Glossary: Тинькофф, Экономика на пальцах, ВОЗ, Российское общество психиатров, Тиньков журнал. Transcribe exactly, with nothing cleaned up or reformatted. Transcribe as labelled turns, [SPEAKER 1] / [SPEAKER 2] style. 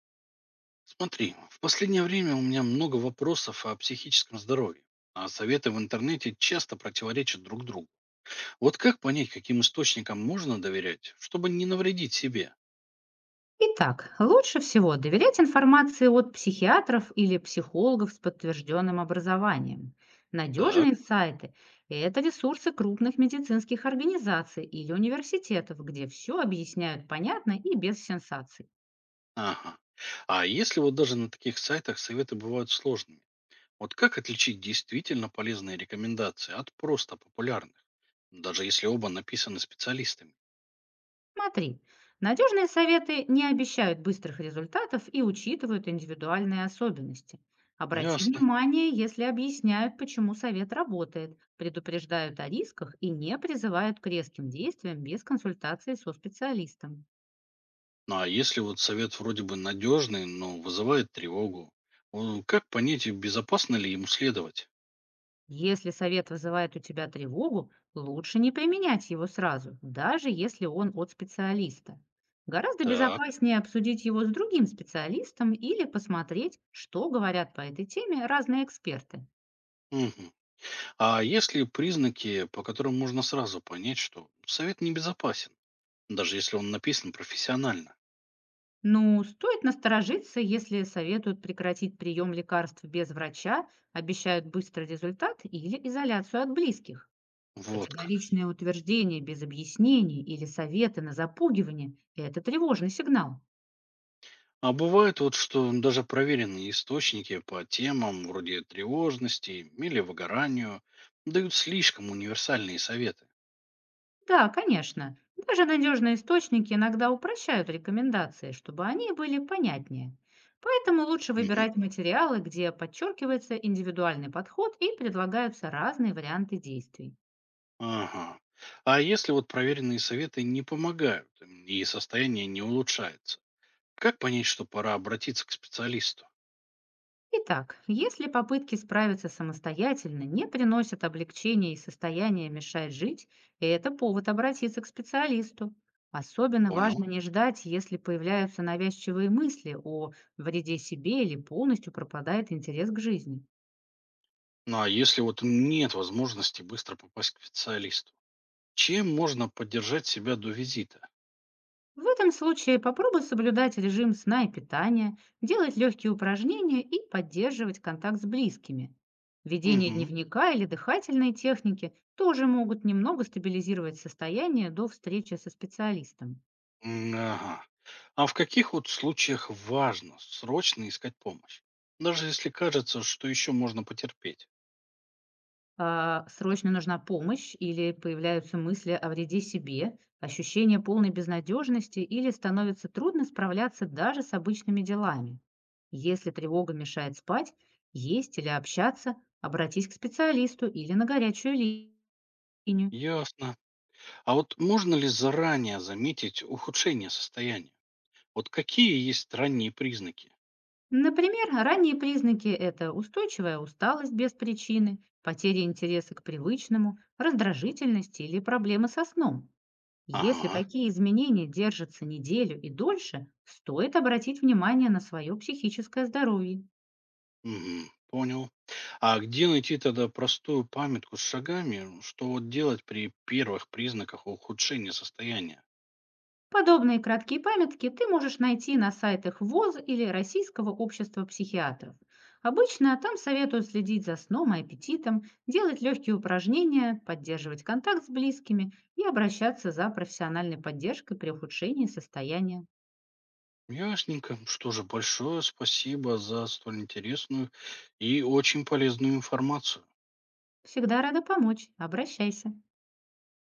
[SPEAKER 1] Смотри, в последнее время у меня много вопросов о психическом здоровье, а советы в интернете часто противоречат друг другу. Вот как понять, каким источникам можно доверять, чтобы не навредить себе?
[SPEAKER 2] Итак, лучше всего доверять информации от психиатров или психологов с подтвержденным образованием.
[SPEAKER 1] Так,
[SPEAKER 2] Надежные сайты — это ресурсы крупных медицинских организаций или университетов, где все объясняют понятно и без сенсаций.
[SPEAKER 1] ага. А если вот даже на таких сайтах советы бывают сложными, вот как отличить действительно полезные рекомендации от просто популярных, даже если оба написаны специалистами?
[SPEAKER 2] Смотри, надежные советы не обещают быстрых результатов и учитывают индивидуальные особенности. Обрати
[SPEAKER 1] Ясно.
[SPEAKER 2] внимание, если объясняют, почему совет работает, предупреждают о рисках и не призывают к резким действиям без консультации со специалистом.
[SPEAKER 1] А если вот совет вроде бы надежный, но вызывает тревогу, э, как понять, и безопасно ли ему следовать?
[SPEAKER 2] Если совет вызывает у тебя тревогу, лучше не применять его сразу, даже если он от специалиста. Гораздо
[SPEAKER 1] Так.
[SPEAKER 2] безопаснее обсудить его с другим специалистом или посмотреть, что говорят по этой теме разные эксперты.
[SPEAKER 1] Мгм. А есть ли признаки, по которым можно сразу понять, что совет небезопасен, даже если он написан профессионально?
[SPEAKER 2] Ну, стоит насторожиться, если советуют прекратить прием лекарств без врача, обещают быстрый результат или изоляцию от близких.
[SPEAKER 1] Вот как.
[SPEAKER 2] Категоричные утверждения без объяснений или советы на запугивание — это тревожный сигнал.
[SPEAKER 1] А бывает вот, что даже проверенные источники по темам вроде тревожности или выгоранию дают слишком универсальные советы.
[SPEAKER 2] Да, конечно, даже надежные источники иногда упрощают рекомендации, чтобы они были понятнее. Поэтому лучше
[SPEAKER 1] Мгм.
[SPEAKER 2] выбирать материалы, где подчеркивается индивидуальный подход и предлагаются разные варианты действий.
[SPEAKER 1] Ага. А если вот проверенные советы не помогают м, и состояние не улучшается, как понять, что пора обратиться к специалисту?
[SPEAKER 2] Итак, если попытки справиться самостоятельно не приносят облегчения и состояние мешает жить, это повод обратиться к специалисту. Особенно
[SPEAKER 1] Понял.
[SPEAKER 2] важно не ждать, если появляются навязчивые мысли о вреде себе или полностью пропадает интерес к жизни.
[SPEAKER 1] Ну а если вот нет возможности быстро попасть к специалисту, чем можно поддержать себя до визита?
[SPEAKER 2] В этом случае попробуй соблюдать режим сна и питания, делать легкие упражнения и поддерживать контакт с близкими. Ведение
[SPEAKER 1] Угу.
[SPEAKER 2] дневника или дыхательные техники тоже могут немного стабилизировать состояние до встречи со специалистом.
[SPEAKER 1] Ага. А в каких вот случаях важно срочно искать помощь? Даже если кажется, что еще можно потерпеть.
[SPEAKER 2] А, срочно нужна помощь или появляются мысли о вреде себе, ощущение полной безнадежности или становится трудно справляться даже с обычными делами. Если тревога мешает спать, есть или общаться, обратись к специалисту или на горячую ли- линию.
[SPEAKER 1] Ясно. А вот можно ли заранее заметить ухудшение состояния? Вот какие есть ранние признаки?
[SPEAKER 2] Например, ранние признаки — это устойчивая усталость без причины, потеря интереса к привычному, раздражительность или проблемы со сном. Если
[SPEAKER 1] Ага,
[SPEAKER 2] такие изменения держатся неделю и дольше, стоит обратить внимание на свое психическое здоровье.
[SPEAKER 1] мгм, понял. А где найти тогда простую памятку с шагами, что вот делать при первых признаках ухудшения состояния?
[SPEAKER 2] Подобные краткие памятки ты можешь найти на сайтах вэ о эс или Российского общества психиатров. Обычно там советуют следить за сном и аппетитом, делать легкие упражнения, поддерживать контакт с близкими и обращаться за профессиональной поддержкой при ухудшении состояния.
[SPEAKER 1] Ясненько. Что же, большое спасибо за столь интересную и очень полезную информацию.
[SPEAKER 2] Всегда рада помочь. Обращайся.